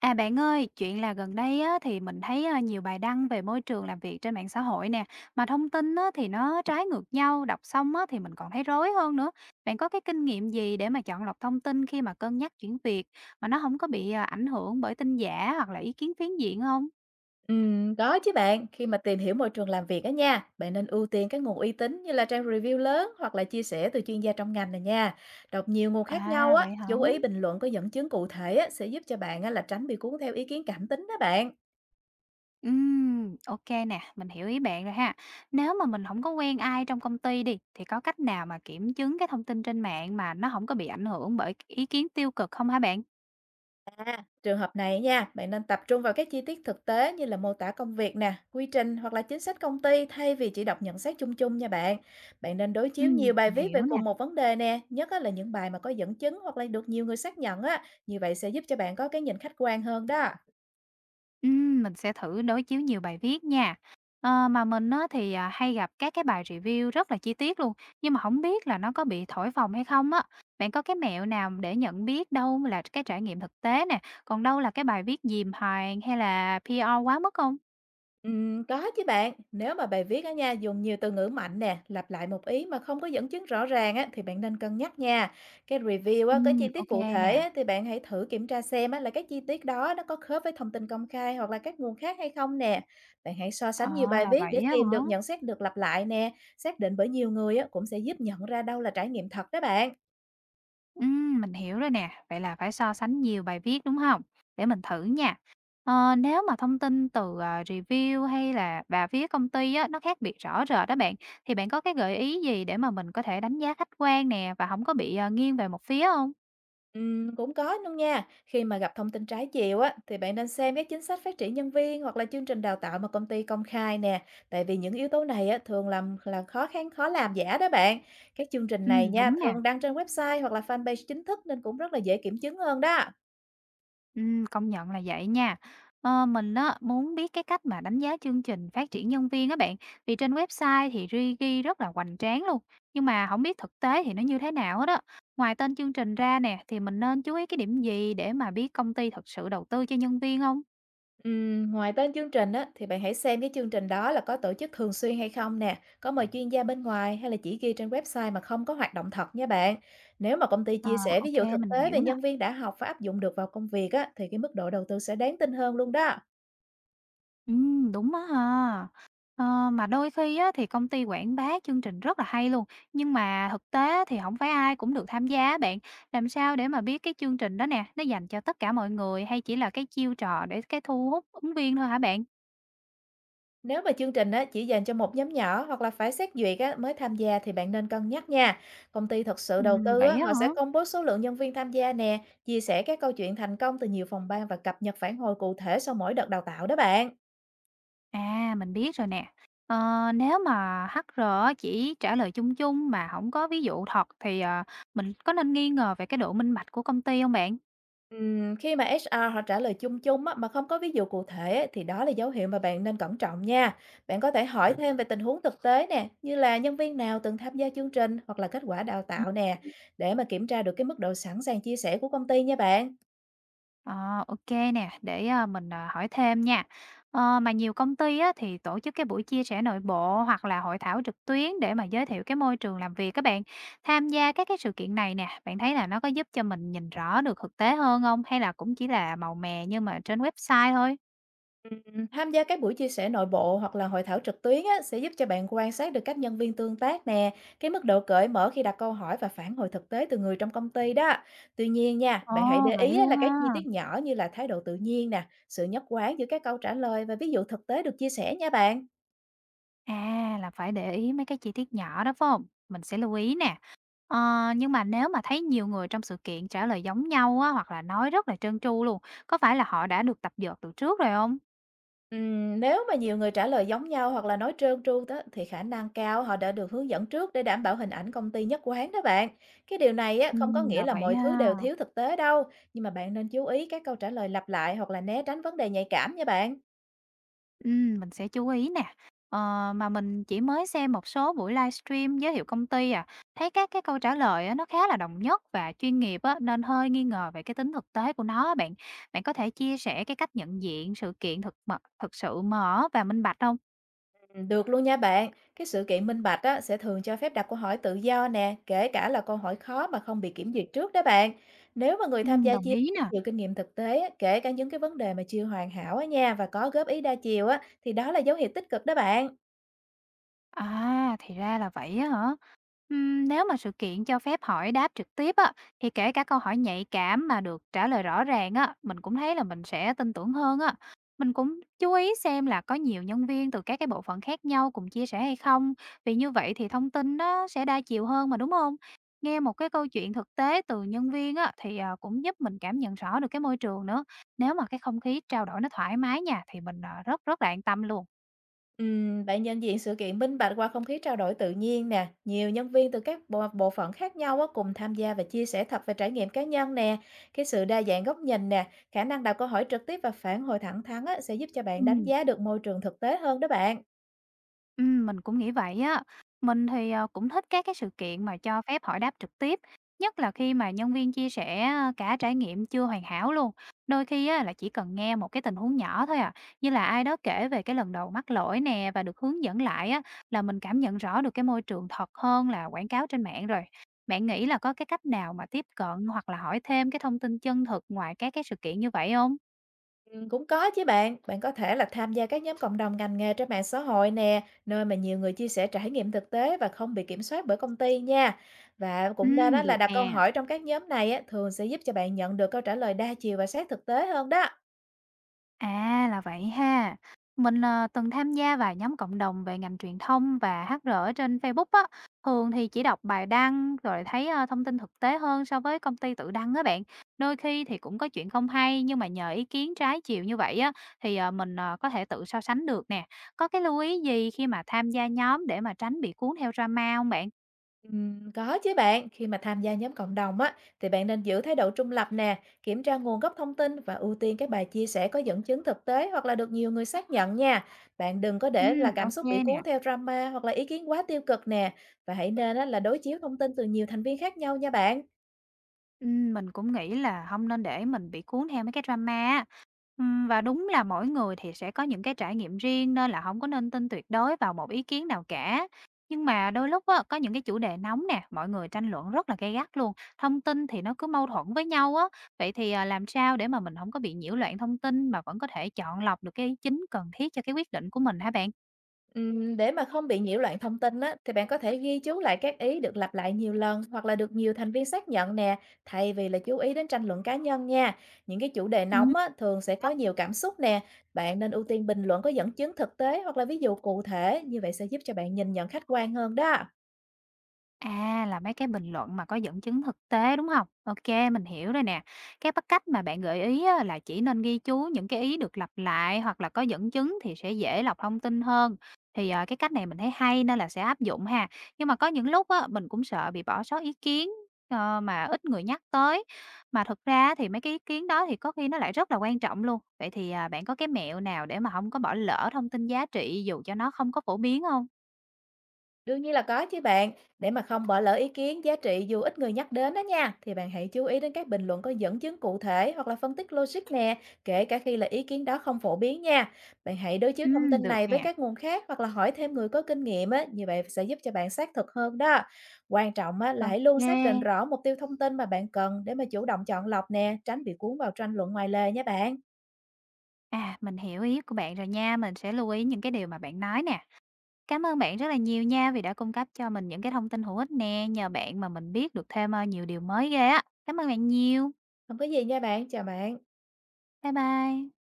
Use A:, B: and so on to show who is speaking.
A: À, bạn ơi, chuyện là gần đây á, thì mình thấy nhiều bài đăng về môi trường làm việc trên mạng xã hội nè, mà thông tin á, thì nó trái ngược nhau, đọc xong á, thì mình còn thấy rối hơn nữa. Bạn có cái kinh nghiệm gì để mà chọn lọc thông tin khi mà cân nhắc chuyển việc mà nó không có bị ảnh hưởng bởi tin giả hoặc là ý kiến phiến diện không?
B: Có chứ bạn. Khi mà tìm hiểu môi trường làm việc á nha, bạn nên ưu tiên các nguồn uy tín như là trang review lớn hoặc là chia sẻ từ chuyên gia trong ngành này nha. Đọc nhiều nguồn khác nhau
A: À,
B: á,
A: vậy hả?
B: chú ý bình luận có dẫn chứng cụ thể á, sẽ giúp cho bạn á, là tránh bị cuốn theo ý kiến cảm tính đó bạn.
A: Ok nè, mình hiểu ý bạn rồi ha. Nếu mà mình không có quen ai trong công ty đi, thì có cách nào mà kiểm chứng cái thông tin trên mạng mà nó không có bị ảnh hưởng bởi ý kiến tiêu cực không hả bạn?
B: Trường hợp này nha, bạn nên tập trung vào các chi tiết thực tế như là mô tả công việc nè, quy trình hoặc là chính sách công ty, thay vì chỉ đọc nhận xét chung chung nha bạn. Bạn nên đối chiếu
A: Ừm,
B: nhiều bài
A: mình
B: viết
A: hiểu
B: về
A: nè.
B: cùng một vấn đề nè, nhất á là những bài mà có dẫn chứng hoặc là được nhiều người xác nhận á, như vậy sẽ giúp cho bạn có cái nhìn khách quan hơn đó.
A: Mình sẽ thử đối chiếu nhiều bài viết nha. Mà mình á, thì hay gặp các cái bài review rất là chi tiết luôn, nhưng mà không biết là nó có bị thổi phồng hay không á. Bạn có cái mẹo nào để nhận biết đâu là cái trải nghiệm thực tế nè, còn đâu là cái bài viết dìm hàng hay là PR quá mức không?
B: Có chứ bạn. Nếu mà bài viết á nha, dùng nhiều từ ngữ mạnh nè, lặp lại một ý mà không có dẫn chứng rõ ràng á, thì bạn nên cân nhắc nha. Cái review á, có chi
A: Ừm,
B: tiết
A: ok
B: cụ thể
A: nè.
B: á, thì bạn hãy thử kiểm tra xem á, là cái chi tiết đó nó có khớp với thông tin công khai hoặc là các nguồn khác hay không nè. Bạn hãy so sánh nhiều
A: Ờ,
B: bài
A: là
B: viết để
A: vậy á
B: tìm
A: hả?
B: được nhận xét được lặp lại nè, xác định bởi nhiều người á, cũng sẽ giúp nhận ra đâu là trải nghiệm thật đó bạn.
A: Mình hiểu rồi nè. Vậy là phải so sánh nhiều bài viết, đúng không? Để mình thử nha. Nếu mà thông tin từ review hay là bà phía công ty á, nó khác biệt rõ rệt đó bạn, thì bạn có cái gợi ý gì để mà mình có thể đánh giá khách quan nè, và không có bị nghiêng về một phía không?
B: Cũng có luôn nha. Khi mà gặp thông tin trái chiều á, thì bạn nên xem các chính sách phát triển nhân viên hoặc là chương trình đào tạo mà công ty công khai nè. Tại vì những yếu tố này á, thường làm là khó làm giả đó bạn. Các chương trình này
A: Ừm,
B: nha,
A: đúng nè.
B: thường đăng trên website hoặc là fanpage chính thức, nên cũng rất là dễ kiểm chứng hơn đó.
A: Công nhận là vậy nha. Mình á, muốn biết cái cách mà đánh giá chương trình phát triển nhân viên á bạn, vì trên website thì ghi rất là hoành tráng luôn, nhưng mà không biết thực tế thì nó như thế nào hết á. Ngoài tên chương trình ra nè, thì mình nên chú ý cái điểm gì để mà biết công ty thật sự đầu tư cho nhân viên không?
B: Ngoài tên chương trình á, thì bạn hãy xem cái chương trình đó là có tổ chức thường xuyên hay không nè, có mời chuyên gia bên ngoài hay là chỉ ghi trên website mà không có hoạt động thật nha bạn. Nếu mà công ty
A: Ờ,
B: chia sẻ
A: ô
B: ví dụ thực
A: mình
B: tế
A: hiểu
B: về
A: nè.
B: nhân viên đã học và áp dụng được vào công việc á, thì cái mức độ đầu tư sẽ đáng tin hơn luôn đó.
A: Đúng á ha. Mà đôi khi á, thì công ty quảng bá chương trình rất là hay luôn, nhưng mà thực tế thì không phải ai cũng được tham gia á bạn. Làm sao để mà biết cái chương trình đó nè, nó dành cho tất cả mọi người hay chỉ là cái chiêu trò để cái thu hút ứng viên thôi hả bạn?
B: Nếu mà chương trình á, chỉ dành cho một nhóm nhỏ hoặc là phải xét duyệt á mới tham gia, thì bạn nên cân nhắc nha. Công ty thật sự đầu
A: Ừm,
B: tư
A: vậy
B: á,
A: á
B: họ sẽ
A: hả?
B: công bố số lượng nhân viên tham gia nè, chia sẻ các câu chuyện thành công từ nhiều phòng ban và cập nhật phản hồi cụ thể sau mỗi đợt đào tạo đó bạn.
A: À, mình biết rồi nè. Ờ, nếu mà HR á chỉ trả lời chung chung mà không có ví dụ thật thì mình có nên nghi ngờ về cái độ minh bạch của công ty không bạn?
B: Khi mà HR họ trả lời chung chung á, mà không có ví dụ cụ thể ấy, thì đó là dấu hiệu mà bạn nên cẩn trọng nha. Bạn có thể hỏi thêm về tình huống thực tế nè, như là nhân viên nào từng tham gia chương trình hoặc là kết quả đào tạo nè, để mà kiểm tra được cái mức độ sẵn sàng chia sẻ của công ty nha bạn.
A: Ờ, ô để mình hỏi thêm nha. Mà nhiều công ty á, thì tổ chức cái buổi chia sẻ nội bộ hoặc là hội thảo trực tuyến để mà giới thiệu cái môi trường làm việc các bạn. Tham gia các cái sự kiện này nè, bạn thấy là nó có giúp cho mình nhìn rõ được thực tế hơn không? Hay là cũng chỉ là màu mè nhưng mà trên website thôi?
B: Tham gia các buổi chia sẻ nội bộ hoặc là hội thảo trực tuyến á, sẽ giúp cho bạn quan sát được cách nhân viên tương tác nè, cái mức độ cởi mở khi đặt câu hỏi và phản hồi thực tế từ người trong công ty đó. Tuy nhiên nha,
A: Ồ,
B: bạn hãy để
A: vậy
B: ý á,
A: luôn
B: là các chi
A: ha.
B: tiết nhỏ như là thái độ tự nhiên nè, sự nhất quán giữa các câu trả lời và ví dụ thực tế được chia sẻ nha bạn.
A: À, là phải để ý mấy cái chi tiết nhỏ đó, phải hông? Mình sẽ lưu ý nè. Ờ, nhưng mà nếu mà thấy nhiều người trong sự kiện trả lời giống nhau á, hoặc là nói rất là trơn tru luôn, có phải là họ đã được tập dượt từ trước rồi không?
B: Nếu mà nhiều người trả lời giống nhau hoặc là nói trơn tru đó, thì khả năng cao họ đã được hướng dẫn trước để đảm bảo hình ảnh công ty nhất quán đó bạn. Cái điều này á, không có
A: Ừm,
B: nghĩa
A: là
B: là
A: vậy
B: mọi thứ
A: ha.
B: đều thiếu thực tế đâu, nhưng mà bạn nên chú ý các câu trả lời lặp lại hoặc là né tránh vấn đề nhạy cảm nha bạn.
A: Mình sẽ chú ý nè. Mà mình chỉ mới xem một số buổi livestream giới thiệu công ty à, thấy các cái câu trả lời á, nó khá là đồng nhất và chuyên nghiệp á, nên hơi nghi ngờ về cái tính thực tế của nó á bạn. Bạn có thể chia sẻ cái cách nhận diện sự kiện thực sự mở và minh bạch không?
B: Được luôn nha bạn. Cái sự kiện minh bạch á, sẽ thường cho phép đặt câu hỏi tự do nè, kể cả là câu hỏi khó mà không bị kiểm duyệt trước đó bạn. Nếu mà người tham
A: Ừm,
B: gia
A: đồng
B: chia
A: ý nè.
B: nhiều kinh nghiệm thực tế á, kể cả những cái vấn đề mà chưa hoàn hảo á nha, và có góp ý đa chiều á, thì đó là dấu hiệu tích cực đó bạn.
A: À, thì ra là vậy á hả? Nếu mà sự kiện cho phép hỏi đáp trực tiếp á, thì kể cả câu hỏi nhạy cảm mà được trả lời rõ ràng á, mình cũng thấy là mình sẽ tin tưởng hơn á. Mình cũng chú ý xem là có nhiều nhân viên từ các cái bộ phận khác nhau cùng chia sẻ hay không, vì như vậy thì thông tin nó sẽ đa chiều hơn mà, đúng không? Nghe một cái câu chuyện thực tế từ nhân viên á, thì cũng giúp mình cảm nhận rõ được cái môi trường nữa. Nếu mà cái không khí trao đổi nó thoải mái nha, thì mình rất rất là an tâm luôn.
B: Bạn nhận diện sự kiện minh bạch qua không khí trao đổi tự nhiên nè, nhiều nhân viên từ các bộ phận khác nhau á, cùng tham gia và chia sẻ thật về trải nghiệm cá nhân nè, cái sự đa dạng góc nhìn nè, khả năng đặt câu hỏi trực tiếp và phản hồi thẳng thắn á, sẽ giúp cho bạn đánh
A: Ừm.
B: giá được môi trường thực tế hơn đó bạn.
A: Mình cũng nghĩ vậy á. Mình thì cũng thích các cái sự kiện mà cho phép hỏi đáp trực tiếp, nhất là khi mà nhân viên chia sẻ cả trải nghiệm chưa hoàn hảo luôn. Đôi khi á là chỉ cần nghe một cái tình huống nhỏ thôi à, như là ai đó kể về cái lần đầu mắc lỗi nè và được hướng dẫn lại á, là mình cảm nhận rõ được cái môi trường thật hơn là quảng cáo trên mạng rồi. Bạn nghĩ là có cái cách nào mà tiếp cận hoặc là hỏi thêm cái thông tin chân thực ngoài các cái sự kiện như vậy không?
B: Ừ, cũng có chứ bạn. Bạn có thể là tham gia các nhóm cộng đồng ngành nghề trên mạng xã hội nè, nơi mà nhiều người chia sẻ trải nghiệm thực tế và không bị kiểm soát bởi công ty nha. Và cũng nên á,
A: Ừm,
B: là
A: được
B: đặt câu
A: nè.
B: hỏi trong các nhóm này á, thường sẽ giúp cho bạn nhận được câu trả lời đa chiều và sát thực tế hơn đó.
A: À, là vậy ha. Mình từng tham gia vài nhóm cộng đồng về ngành truyền thông và HR ở trên Facebook á. Thường thì chỉ đọc bài đăng rồi thấy thông tin thực tế hơn so với công ty tự đăng á bạn. Đôi khi thì cũng có chuyện không hay nhưng mà nhờ ý kiến trái chiều như vậy á thì mình có thể tự so sánh được nè. Có cái lưu ý gì khi mà tham gia nhóm để mà tránh bị cuốn theo drama không bạn?
B: Có chứ bạn. Khi mà tham gia nhóm cộng đồng á, thì bạn nên giữ thái độ trung lập nè, kiểm tra nguồn gốc thông tin và ưu tiên các bài chia sẻ có dẫn chứng thực tế hoặc là được nhiều người xác nhận nha. Bạn đừng có để là
A: Ừm,
B: cảm
A: ok
B: xúc bị
A: nè.
B: cuốn theo drama hoặc là ý kiến quá tiêu cực nè, và hãy nên á, là đối chiếu thông tin từ nhiều thành viên khác nhau nha bạn.
A: Mình cũng nghĩ là không nên để mình bị cuốn theo mấy cái drama á. Và đúng là mỗi người thì sẽ có những cái trải nghiệm riêng nên là không có nên tin tuyệt đối vào một ý kiến nào cả. Nhưng mà đôi lúc á, có những cái chủ đề nóng nè, mọi người tranh luận rất là gay gắt luôn, thông tin thì nó cứ mâu thuẫn với nhau á. Vậy thì làm sao để mà mình không có bị nhiễu loạn thông tin mà vẫn có thể chọn lọc được cái chính cần thiết cho cái quyết định của mình hả bạn?
B: Để mà không bị nhiễu loạn thông tin á, thì bạn có thể ghi chú lại các ý được lặp lại nhiều lần hoặc là được nhiều thành viên xác nhận nè, thay vì là chú ý đến tranh luận cá nhân nha. Những cái chủ đề
A: Ừm.
B: nóng á, thường sẽ có nhiều cảm xúc nè. Bạn nên ưu tiên bình luận có dẫn chứng thực tế hoặc là ví dụ cụ thể, như vậy sẽ giúp cho bạn nhìn nhận khách quan hơn đó.
A: À, là mấy cái bình luận mà có dẫn chứng thực tế, đúng không? OK, mình hiểu rồi nè. Cái cách mà bạn gợi ý á là chỉ nên ghi chú những cái ý được lặp lại hoặc là có dẫn chứng thì sẽ dễ lọc thông tin hơn. Thì cái cách này mình thấy hay nên là sẽ áp dụng ha. Nhưng mà có những lúc á, mình cũng sợ bị bỏ sót ý kiến, mà ít người nhắc tới. Mà thực ra thì mấy cái ý kiến đó thì có khi nó lại rất là quan trọng luôn. Vậy thì bạn có cái mẹo nào để mà không có bỏ lỡ thông tin giá trị dù cho nó không có phổ biến không?
B: Đương nhiên là có chứ bạn. Để mà không bỏ lỡ ý kiến giá trị dù ít người nhắc đến đó nha, thì bạn hãy chú ý đến các bình luận có dẫn chứng cụ thể hoặc là phân tích logic nè, kể cả khi là ý kiến đó không phổ biến nha. Bạn hãy đối chiếu thông
A: Ừm,
B: tin
A: được
B: này với
A: nè.
B: các nguồn khác hoặc là hỏi thêm người có kinh nghiệm á, như vậy sẽ giúp cho bạn xác thực hơn đó. Quan trọng á, là
A: Ô.
B: hãy luôn xác định rõ mục tiêu thông tin mà bạn cần để mà chủ động chọn lọc nè, tránh bị cuốn vào tranh luận ngoài lề nha bạn.
A: À, mình hiểu ý của bạn rồi nha, mình sẽ lưu ý những cái điều mà bạn nói nè. Cảm ơn bạn rất là nhiều nha vì đã cung cấp cho mình những cái thông tin hữu ích nè, nhờ bạn mà mình biết được thêm nhiều điều mới ghê á. Cảm ơn bạn nhiều.
B: Không có gì nha bạn, chào bạn.
A: Bye bye.